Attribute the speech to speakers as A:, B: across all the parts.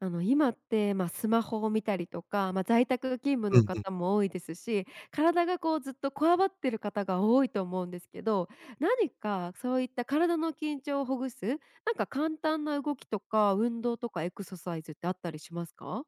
A: 今って、スマホを見たりとか、在宅勤務
B: う
A: の
B: んうん。
A: 方も多いですし、体がこうずっとこわばってる方が多いと思うんですけど、何かそういった体の緊張をほぐす、なんか簡単な動きとか、運動とかエクササイズってあったりしますか？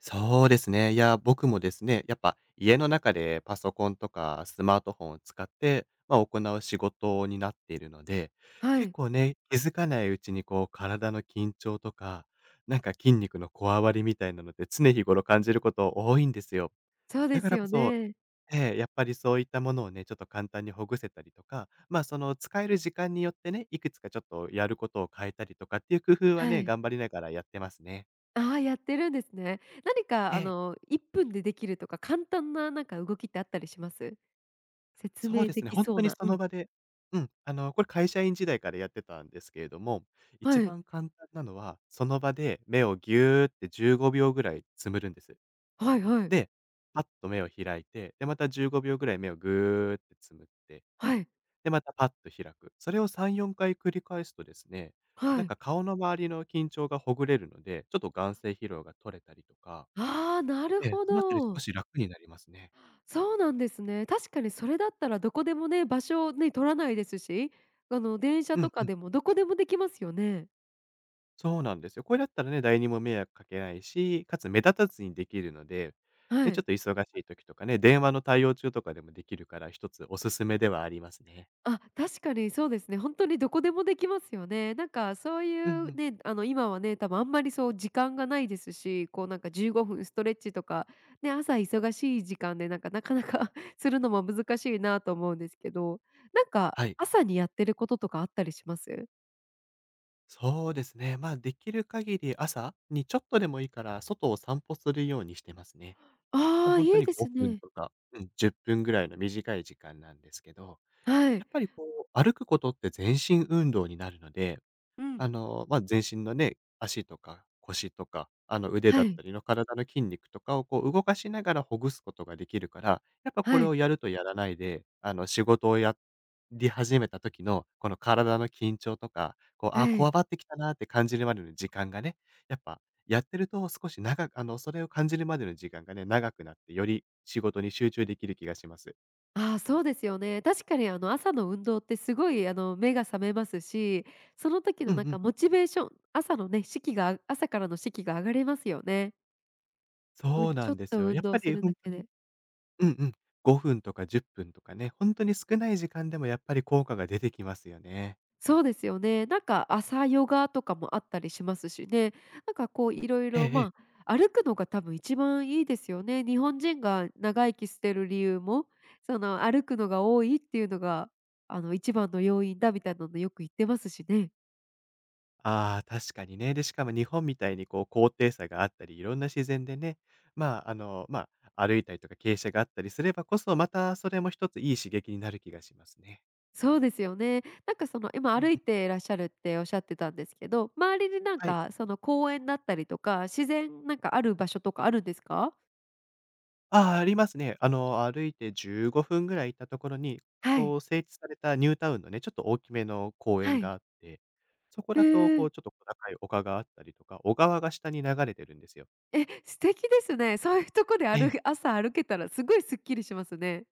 B: そうですね。いや、僕もですね、やっぱ家の中でパソコンとかスマートフォンを使って、行う仕事になっているので、
A: は
B: 結
A: い、
B: 構ね、気づかないうちにこう体の緊張とか、なんか筋肉のこわばりみたいなので、常日頃感じること多いんですよ。
A: そう
B: だ
A: で
B: か
A: す
B: らこ
A: よ
B: そ、
A: ね。
B: やっぱりそういったものをね、ちょっと簡単にほぐせたりとか、その使える時間によってね、いくつかちょっとやることを変えたりとかっていう工夫は
A: は
B: ね、
A: い。
B: 頑張りながらやってますね。
A: ああ、やってるんですね。何か
B: ええ。
A: 1分でできるとか、簡単ななんか動きってあったりします？説
B: そう
A: 明
B: で
A: で
B: すね、
A: き
B: 本
A: そ
B: 当
A: う
B: に
A: な、
B: そ
A: う
B: の
A: ん。
B: 場でこれ会社員時代からやってたんですけれども、一
A: はい。
B: 番簡単なのは、その場で目をギューって15秒ぐらいつむるんです。
A: はいはい。
B: で、パッと目を開いて、で、また15秒ぐらい目をぐーってつむって、
A: はい。
B: で、またパッと開く。それを3、4回繰り返すとですね、
A: は
B: なん
A: い。
B: か顔の周りの緊張がほぐれるので、ちょっと眼精疲労が取れたりとか、
A: ああ、なる
B: ええ。
A: ほ
B: そのあたり少
A: ど。
B: し楽になりますね。
A: そうなんですね。確かにそれだったらどこでもね、場所をね、取らないですし、電車
B: う
A: と
B: んう
A: か
B: ん。
A: でもどこでもできますよね。
B: そうなんですよ。これだったらね、誰にも迷惑かけないし、かつ目立たずにできるので、ね、
A: は
B: ちょっ
A: い。
B: と忙しい時とかね、電話の対応中とかでもできるから、一つおすすめではありますね。
A: あ、確かにそうですね。本当にどこでもできますよね。なんかそうい
B: うんう
A: う
B: ん。
A: ね、今はね、多分あんまりそう時間がないですし、こうなんか15分ストレッチとか、ね、朝忙しい時間でなんかなかなか するのも難しいなと思うんですけど、なんか
B: はい。
A: 朝にやってることとかあったりします？
B: そうですね。まあ、できる限り朝にちょっとでもいいから、外を散歩するようにしてますね。
A: ああー、
B: 本当
A: いい
B: に
A: です
B: 5分
A: ね。
B: とか、10分ぐらいの短い時間なんですけど、
A: は
B: や
A: い。
B: っぱりこう、歩くことって全身運動になるので
A: うん。
B: 全身のね、足とか腰とか、腕だ
A: は
B: った
A: い、
B: りの体の筋肉とかをこう動かしながらほぐすことができるから、やっぱこ
A: は
B: れ
A: い、
B: をやるとやらないで、仕事をやり始めた時の、この体の緊張とか、
A: は
B: こわ
A: い。
B: ばってきたなって感じるまでの時間がね、やっぱやってると少し長くそれを感じるまでの時間がね、長くなって、より仕事に集中できる気がします。
A: ああ、そうですよね。確かにあの朝の運動ってすごい目が覚めますし、その時
B: うん
A: の
B: う
A: なんか
B: ん。
A: モチベーション、朝のね、士気が朝からの士気が上がりますよね。う
B: そ
A: ん、
B: う
A: ち
B: な
A: ょ
B: ん
A: っ
B: です
A: と
B: よ。
A: 運
B: やっぱ
A: 動す
B: り
A: る
B: 本
A: だ
B: 当
A: け
B: に
A: で。
B: うんうん。5分とか10分とかね、本当に少ない時間でもやっぱり効果が出てきますよね。
A: そうですよね。なんか朝ヨガとかもあったりしますしね。なんかこういろい
B: ええ
A: ろ、
B: ええ。
A: 歩くのが多分一番いいですよね。日本人が長生きしてる理由も、その歩くのが多いっていうのが、一番の要因だみたいなのよく言ってますしね。
B: ああ、確かにね。で、しかも日本みたいにこう高低差があったり、いろんな自然でね、まあ、あの、ま歩いたりとか傾斜があったりすればこそ、またそれも一ついい刺激になる気がしますね。
A: そうですよね。なんかその今
B: うんうん。
A: 歩いていらっしゃるっておっしゃってたんですけど、周りになん
B: はい。
A: かその公園だったりとか、自然なんかある場所とかあるんですか？
B: ああ、ありますね。あの、歩いて15分ぐらい行ったところに、
A: はい、
B: こう、整地されたニュータウンのね、ちょっと大きめの公園
A: は
B: が
A: い。
B: あって、そこ
A: へ
B: だと、こ
A: え。
B: う、ちょっと小高い丘があったりとか、小川が下に流れてるんですよ。
A: え、素敵ですね。そういうとこで
B: え
A: 歩
B: え。
A: け朝歩けたらすごいすっきりしますね。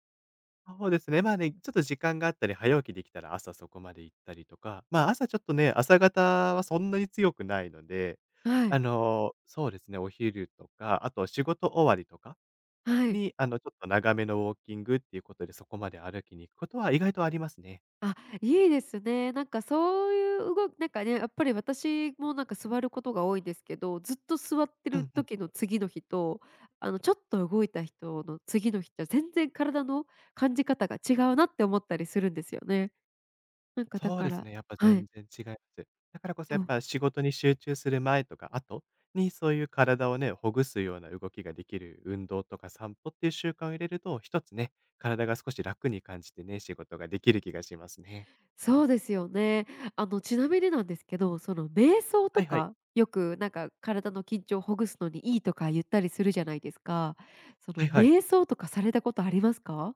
B: そうですね。まあね、ちょっと時間があったり、早起きできたら朝そこまで行ったりとか、まあ、朝ちょっとね、朝方はそんなに強くないので、
A: はい、
B: そうですね、お昼とか、あと仕事終わりとか
A: はい。
B: に、ちょっと長めのウォーキングっていうことで、そこまで歩きに行くことは意外とありますね。
A: あ、いいですね。なんかそういう動きなんかね、やっぱり私もなんか座ることが多いんですけど、ずっと座って
B: う
A: る
B: んうん。
A: 時の次の日と、ちょっと動いた人の次の日じゃ全然体の感じ方が違うなって思ったりするんですよね。なんかだ
B: そう
A: か
B: です
A: ら、
B: ね、やっぱ
A: は
B: 全
A: い。
B: 然違います。だからこそ
A: で
B: やっ
A: も
B: ぱ仕事に集中する前とか後に、そういう体をね、ほぐすような動きができる運動とか散歩っていう習慣を入れると、一つね、体が少し楽に感じてね、仕事ができる気がしますね。
A: そうですよね。ちなみになんですけど、その瞑想
B: は
A: と
B: いはい。
A: か、よくなんか体の緊張をほぐすのにいいとか言ったりするじゃないですか。そ
B: は
A: の
B: いはい。
A: 瞑想とかされたことありますか？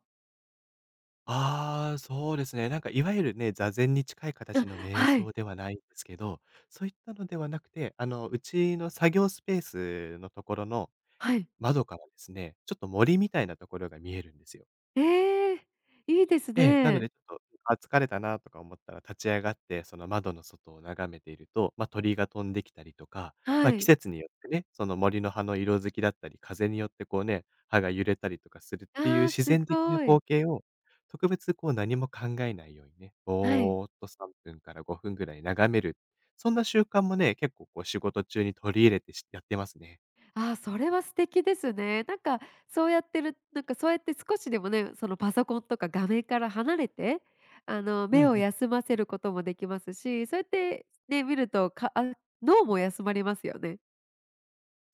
B: ああ、そうですね。なんかいわゆるね、座禅に近い形
A: あ、
B: の瞑
A: は
B: 想
A: い、
B: ではないんですけど、そういったのではなくて、うちの作業スペースのところの
A: はい。
B: 窓からですね、ちょっと森みたいなところが見えるんですよ。
A: ええ、いいです
B: ええ、なの
A: ね。
B: でちょっと、疲れたなとか思ったら立ち上がって、その窓の外を眺めていると、ま、鳥が飛んできたりとか、ま、
A: は
B: 季
A: い。
B: 節によってね、その森の葉の色づきだったり、風によってこうね、葉が揺れたりとかするっていう
A: ああ、
B: 自
A: す
B: 然的な
A: ご
B: 光
A: い。
B: 景を、特別こう何も考えないようにね、
A: はい。
B: ぼーっと3分から5分ぐらい眺める、そんな習慣もね、結構こう仕事中に取り入れてしやってますね。
A: ああ、それは素敵ですね。なんかそうやってるなんかそうやって少しでもね、そのパソコンとか画面から離れて、
B: うんう
A: 目を
B: ん。
A: 休ませることもできますし、そうやってね、見ると、かあ、脳も休まりますよね。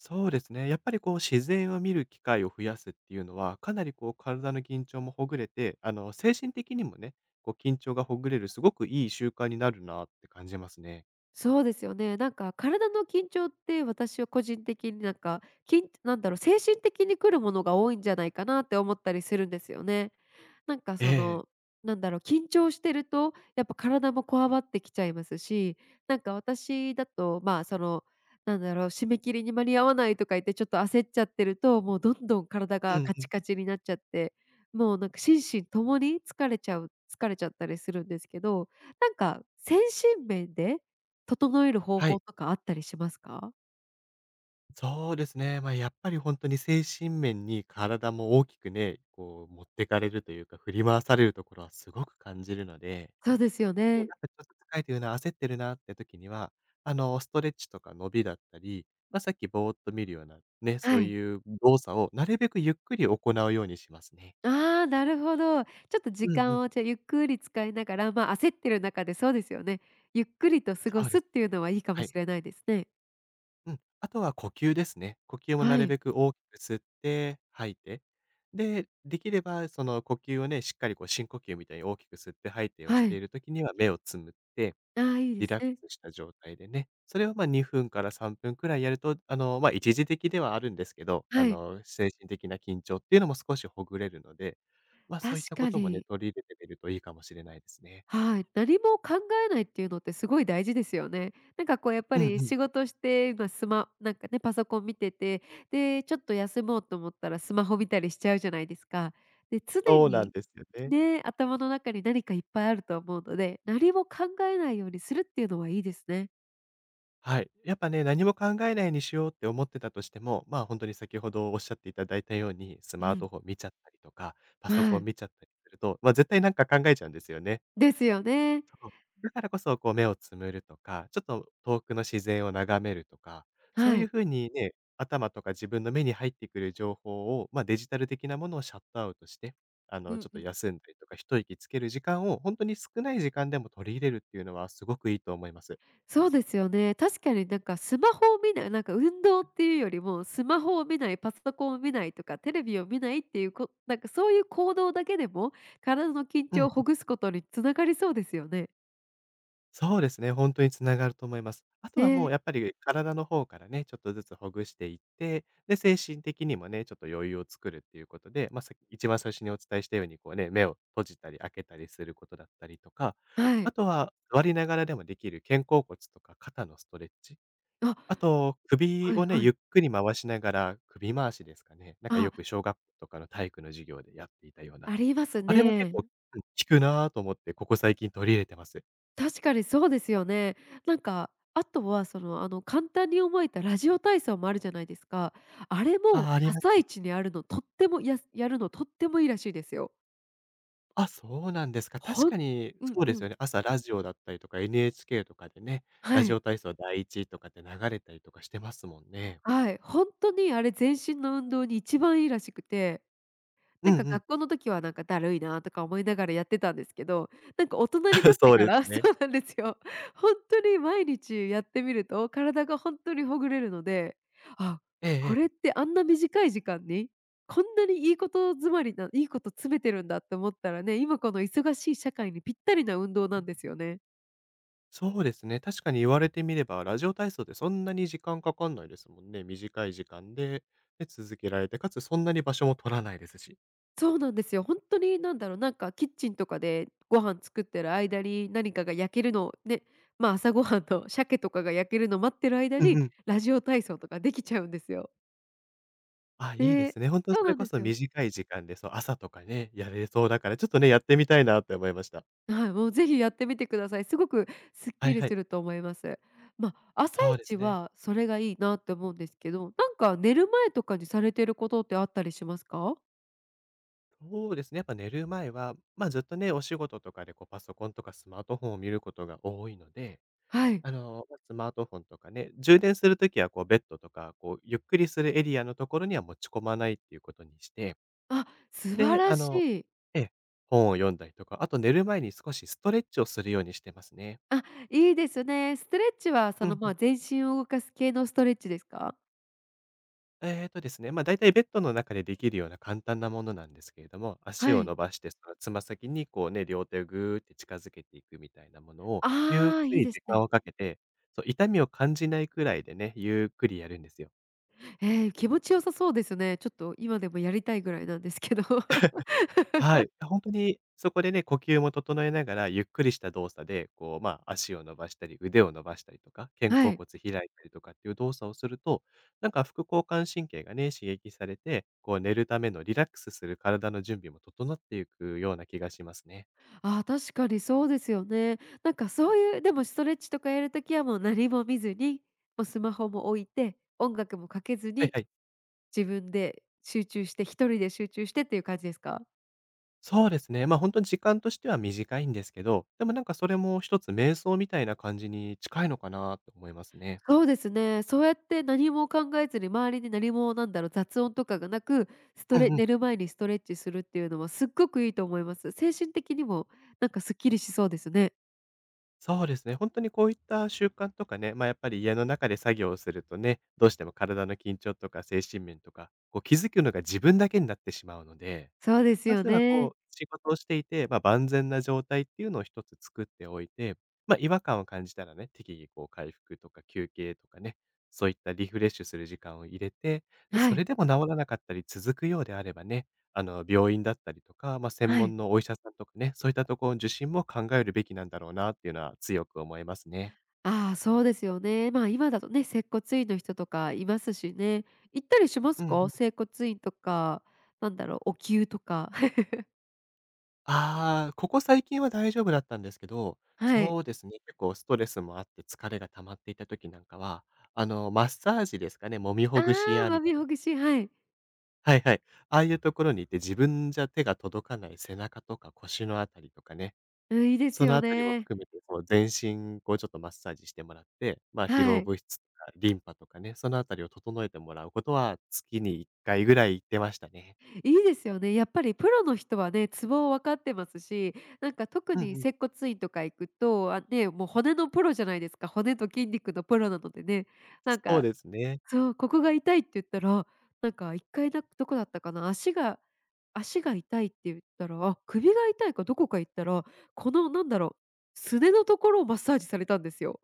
B: そうですね。やっぱりこう自然を見る機会を増やすっていうのは、かなりこう体の緊張もほぐれて、精神的にもね、こう緊張がほぐれるすごくいい習慣になるなって感じますね。
A: そうですよね。なんか体の緊張って私は個人的になんか、なんだろう、精神的に来るものが多いんじゃないかなって思ったりするんですよね。なんか
B: え
A: そ
B: え。
A: の、なんだろう、緊張してると、やっぱ体もこわばってきちゃいますし、なんか私だと、その、なんだろう、締め切りに間に合わないとか言ってちょっと焦っちゃってると、もうどんどん体
B: う
A: が
B: ん
A: カ
B: う
A: チ
B: ん。
A: カチになっちゃって、もうなんか心身ともに疲れちゃったりするんですけど、なんか精神面で整える方
B: は
A: 法
B: い。
A: とかあったりしますか？
B: そうですね。まあ、やっぱり本当に精神面に体も大きくね、こう持ってかれるというか、振り回されるところはすごく感じるので
A: そうですよ
B: こう、
A: ね。
B: やっぱちょっと疲れてるな、焦ってるなって時には、ストレッチとか伸びだったり、ま、さっきぼーっと見るようなね、
A: は
B: そう
A: い。
B: いう動作をなるべくゆっくり行うようにしますね。
A: ああ、なるほど。ちょっと時
B: うんう
A: 間
B: ん。
A: をじゃ、ゆっくり使いながら、焦ってる中でそうですよね。ゆっくりと過ご
B: そう
A: す
B: で
A: っ
B: す
A: て
B: ね。
A: いうのはいいか
B: は
A: も
B: い。
A: しれないですね。
B: うん。あとは呼吸ですね。呼吸もな
A: は
B: る
A: い、
B: べく大きく吸って吐いて、で、できればその呼吸をね、しっかりこう深呼吸みたいに大きく吸って吐いてをし
A: は
B: てい
A: い。
B: る時には目をつむって
A: ああ、いいで
B: リ
A: す
B: ラック
A: ね。
B: スした状態でね、それを、ま、2分から3分くらいやると、ま、一時的ではあるんですけど、
A: はい、
B: 精神的な緊張っていうのも少しほぐれるので、ま、そういっ
A: 確
B: たこ
A: か
B: ともね、
A: に。
B: 取り入れてみるといいかもしれないですね。
A: はい、何も考えないっていうのってすごい大事ですよね。なんかこうやっぱ
B: うんう
A: り
B: ん、
A: 仕事して、なんかね、パソコン見てて、で、ちょっと休もうと思ったらスマホ見たりしちゃうじゃないですか。で、常
B: そうなん
A: に
B: ですよね。
A: ね、頭の中に何かいっぱいあると思うので、何も考えないようにするっていうのはいいですね。
B: はい。やっぱね、何も考えないにしようって思ってたとしても、まあ、本当に先ほどおっしゃっていただいたように、ス
A: う
B: マート
A: ん。
B: フォン見ちゃったりとか、パソ
A: は
B: コン
A: い、
B: 見ちゃったりすると、ま、絶対なんか考えちゃうんですよね。
A: ですよね。
B: そう。だからこそ、こう目をつむるとか、ちょっと遠くの自然を眺めるとか、そう
A: は
B: いう
A: い。
B: 風にね、頭とか自分の目に入ってくる情報を、まあ、デジタル的なものをシャットアウトして、
A: う
B: ちょ
A: ん
B: っと
A: うん。
B: 休んだりとか、一息つける時間を本当に少ない時間でも取り入れるっていうのはすごくいいと思います。
A: そうですよね。確かになんかスマホを見ない、なんか運動っていうよりも、スマホを見ない、パソコンを見ないとか、テレビを見ないっていうなんかそういう行動だけでも、体の緊
B: う
A: 張
B: ん。
A: をほぐすことに繋がりそうですよね。
B: そうですね、本当につながると思います。あとはも
A: ね、
B: うやっぱり体の方からね、ちょっとずつほぐしていって、で、精神的にもね、ちょっと余裕を作るっていうことで、まあ、さっき一番最初にお伝えしたように、こうね、目を閉じたり開けたりすることだったりとか、
A: は
B: あ
A: い。
B: とは座りながらでもできる肩甲骨とか肩のストレッチ、
A: あ、
B: あと首
A: はい
B: をね、
A: は
B: ゆっ
A: い。
B: くり回しながら、首回しですかね、なんか
A: あ、
B: よく小学校とかの体育の授業でやっていたような、
A: あります
B: あれも結
A: ね。
B: 構、うん、効くなぁと思ってここ最近取り入れてます。
A: 確かにそうですよね。なんか、あとはその、簡単に思えたラジオ体操もあるじゃないですか。あれ
B: あ
A: も
B: あ、あります
A: 朝
B: ね。
A: 一にあるのとっても、やるのとってもいいらしいですよ。
B: あ、そうなんですか。確
A: ほん
B: かに
A: うん
B: そうで
A: う
B: すよ
A: ん。
B: ね。朝ラジオだったりとか NHK とかでね、ラ
A: は
B: ジ
A: い、
B: オ体操第一とかって流れたりとかしてますもんね。
A: はい、ほんとにあれ全身の運動に一番いいらしくて、
B: う
A: な
B: ん
A: ん
B: う
A: か
B: ん。
A: 学校の時はなんかだるいなとか思いながらやってたんですけど、なんか大人になっ て
B: そう
A: か
B: です
A: ら そ
B: ね。
A: うなんですよ。ほんとに毎日やってみると、体がほんとにほぐれるので、あ、
B: えええ
A: これっ
B: え。
A: てあんな短い時間に、こんなにいいこと詰めてるんだって思ったらね、今この忙しい社会にぴったりな運動なんですよね。
B: そうですね。確かに言われてみれば、ラジオ体操ってそんなに時間かかんないですもんね。短い時間で、で、続けられて、かつそんなに場所も取らないですし。
A: そうなんですよ。本当になんだろう、なんかキッチンとかでご飯作ってる間に、何かが焼けるのをね、朝ごはんの鮭とかが焼けるのを待ってる間
B: うん
A: に、
B: うん。
A: ラジオ体操とかできちゃうんですよ。
B: あ、いいで
A: で、
B: すね。本当に
A: そう
B: それ
A: なん
B: こ
A: です
B: そ
A: よ。
B: 短い時間で、そう、朝とかね、やれそうだから、ちょっとね、やってみたいなって思いました。
A: はい、もうぜひやってみてください。すごくすっ
B: は
A: き
B: い
A: り
B: はい。
A: すると思います。朝
B: そうで
A: 一
B: すね。
A: はそれがいいなって思うんですけど、なんか寝る前とかにされてることってあったりしますか？
B: そうですね。やっぱ寝る前は、まあ、ずっとね、お仕事とかでこうパソコンとかスマートフォンを見ることが多いので、
A: はい。
B: ま、スマートフォンとかね、充電するときはこうベッドとか、こうゆっくりするエリアのところには持ち込まないっていうことにして、
A: あ、素晴
B: で、
A: らしい。
B: ええ、本を読んだりとか、あと寝る前に少しストレッチをするようにしてますね。
A: あ、いいですね。ストレッチはそ
B: う
A: の、
B: んうん。
A: 全身を動かす系のストレッチですか？
B: えーとですね、ま、だいたいベッドの中でできるような簡単なものなんですけれども、足
A: は
B: を
A: い。
B: 伸ばして、そのつま先にこうね、両手をぐーって近づけていくみたいなものを、ゆっ
A: ああ、
B: く
A: いい
B: り
A: で
B: 時
A: す
B: 間
A: ね。
B: をかけて、そう、痛みを感じないくらいでね、ゆっくりやるんですよ。
A: 気持ち良さそうですね。ちょっと今でもやりたいぐらいなんですけど。
B: はい。ほんとにそこでね、呼吸も整えながら、ゆっくりした動作で、こう、ま、あ足を伸ばしたり、腕を伸ばしたりとか、肩
A: は
B: 甲
A: い。
B: 骨開いたりとかっていう動作をすると、なんか副交感神経がね、刺激されて、こう寝るためのリラックスする体の準備も整っていくような気がしますね。
A: ああ、確かにそうですよね。なんかそういうでもストレッチとかやるときはもう何も見ずに、もうスマホも置いて、音楽もかけず
B: はい
A: に、
B: はい。
A: 自分で集中して、一人で集中してっていう感じですか？
B: そうですね。まあ、ほんとに時間としては短いんですけど、でもなんかそれも一つ瞑想みたいな感じに近いのかなと思いますね。
A: そうですね。そうやって何も考えずに、周りに何もなんだろう、雑音とかがなく、スト
B: う
A: レ
B: んうん。
A: 寝る前にストレッチするっていうのはすっごくいいと思います。精神的にもなんかすっきりしそうですね。
B: そうですね。本当にこういった習慣とかね、ま、やっぱり家の中で作業をするとね、どうしても体の緊張とか精神面とか、こう気づくのが自分だけになってしまうので、
A: そうです
B: ま
A: よ
B: ずは
A: ね。
B: こう、仕事をしていて、まあ、万全な状態っていうのを一つ作っておいて、まあ、違和感を感じたらね、適宜こう回復とか休憩とかね、そういったリフレッシュする時間を入れて、で、
A: は
B: それ
A: い、
B: でも治らなかったり続くようであればね、病院だったりとか、まあ、専
A: はい。
B: 門のお医者さんとかね、そういったところの受診も考えるべきなんだろうなっていうのは強く思いますね。
A: ああ、そうですよね。今だとね、接骨院の人とかいますしね。行ったりしま
B: う
A: すか？
B: ん。
A: 整骨院とか、なんだろう、お灸とか。
B: ああ、ここ最近は大丈夫だったんですけど、
A: はい。
B: そうですね、結構ストレスもあって疲れが溜まっていた時なんかは、マッサージですかね、揉み
A: あ
B: ほぐし
A: あ、
B: 屋み
A: ま
B: た
A: み
B: いな。
A: ほぐし、はい。
B: はいはい。ああいうところに行って自分じゃ手が届かない背中とか腰のあたりとかね、
A: うん、いいです
B: その
A: よ
B: あたりも
A: ね。
B: 含めて、その全身をちょっとマッサージしてもらって、まあ、疲
A: は
B: 労
A: い。
B: 物質とかリンパとかね、そのあたりを整えてもらうことは月に1回ぐらい行ってましたね。
A: いいですよね。やっぱりプロの人はね、ツボを分かってますし、なんか特
B: うん
A: に
B: うん。
A: 接骨院とか行くと、あ、ね、もう骨のプロじゃないですか。骨と筋肉のプロなのでね。なん
B: そう
A: か、
B: ですね。
A: そう、ここが痛いって言ったら、なんか一回だ、どこだったかな、足が痛いって言ったら、あ、首が痛いかどこか行ったら、このなんだろう、すねのところをマッサージされたんですよ。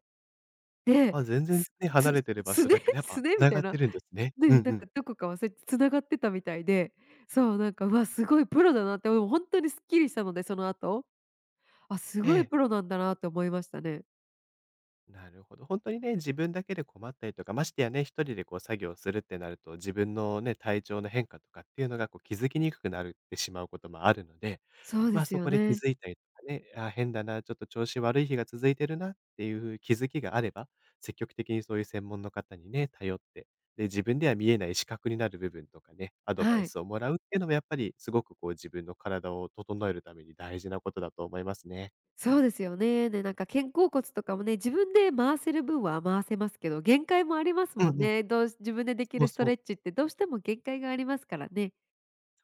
B: ま
A: で、
B: あ、全然
A: す
B: ね、離
A: つ
B: れてる場
A: す
B: 所
A: ね
B: だけど、やっ
A: す
B: ぱ
A: ねみ
B: 繋
A: た
B: が
A: い
B: って
A: な、
B: るんですね。うん
A: で、なん
B: うん。
A: かどこか忘れて繋がってたみたいで、そう、なんか、うわ、すごいプロだなって、でもほんとにすっきりしたので、その後、あ、す
B: え
A: ごい
B: え。
A: プロなんだなって思いましたね。
B: なるほど。本当にね、自分だけで困ったりとか、ましてやね、一人でこう作業するってなると、自分のね、体調の変化とかっていうのがこう気づきにくくなるってしまうこともあるので、
A: そうで
B: ま、あ
A: す
B: そ
A: よ
B: こで気
A: ね。
B: づいたりとかね、ああ、変だな、ちょっと調子悪い日が続いてるなっていう気づきがあれば、積極的にそういう専門の方にね、頼って、で、自分では見えない視覚になる部分とかね、アドバイ
A: はい。
B: スをもらうっていうのもやっぱりすごくこう自分の体を整えるために大事なことだと思いますね。
A: そうですよね。で、なんか肩甲骨とかもね、自分で回せる分は回せますけど、限界もあります
B: う
A: もん
B: んうん。
A: ね。どうし自分ででき
B: そう
A: るスト
B: そう。
A: レッチってどうしても限界がありますからね。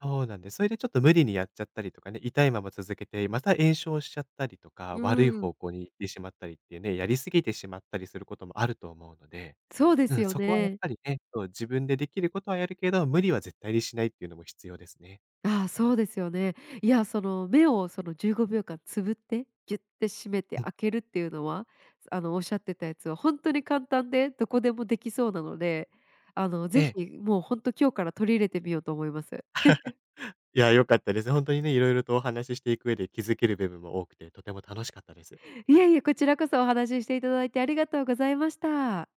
B: そうなんです。それでちょっと無理にやっちゃったりとかね、痛いまま続けて、また炎症しちゃったりとか、
A: うー
B: 悪い
A: ん、
B: 方向に行ってしまったりっていうね、やりすぎてしまったりすることもあると思うので、
A: そうで
B: う
A: す
B: ん、
A: よ
B: そこはやっ
A: ね。
B: ぱりね、そう、自分でできることはやるけど、無理は絶対にしないっていうのも必要ですね。
A: ああ、そうですよね。いや、その目をその15秒間つぶって、ギュって閉めて
B: うん。
A: 開けるっていうのは、おっしゃってたやつは本当に簡単で、どこでもできそうなので、
B: え
A: ぜ
B: え。
A: ひもう本当今日から取り入れてみようと思います。
B: いや、良かったです。本当にね、色々とお話ししていく上で気づける部分も多くて、とても楽しかったです。
A: いえいえ、こちらこそお話ししていただいてありがとうございました。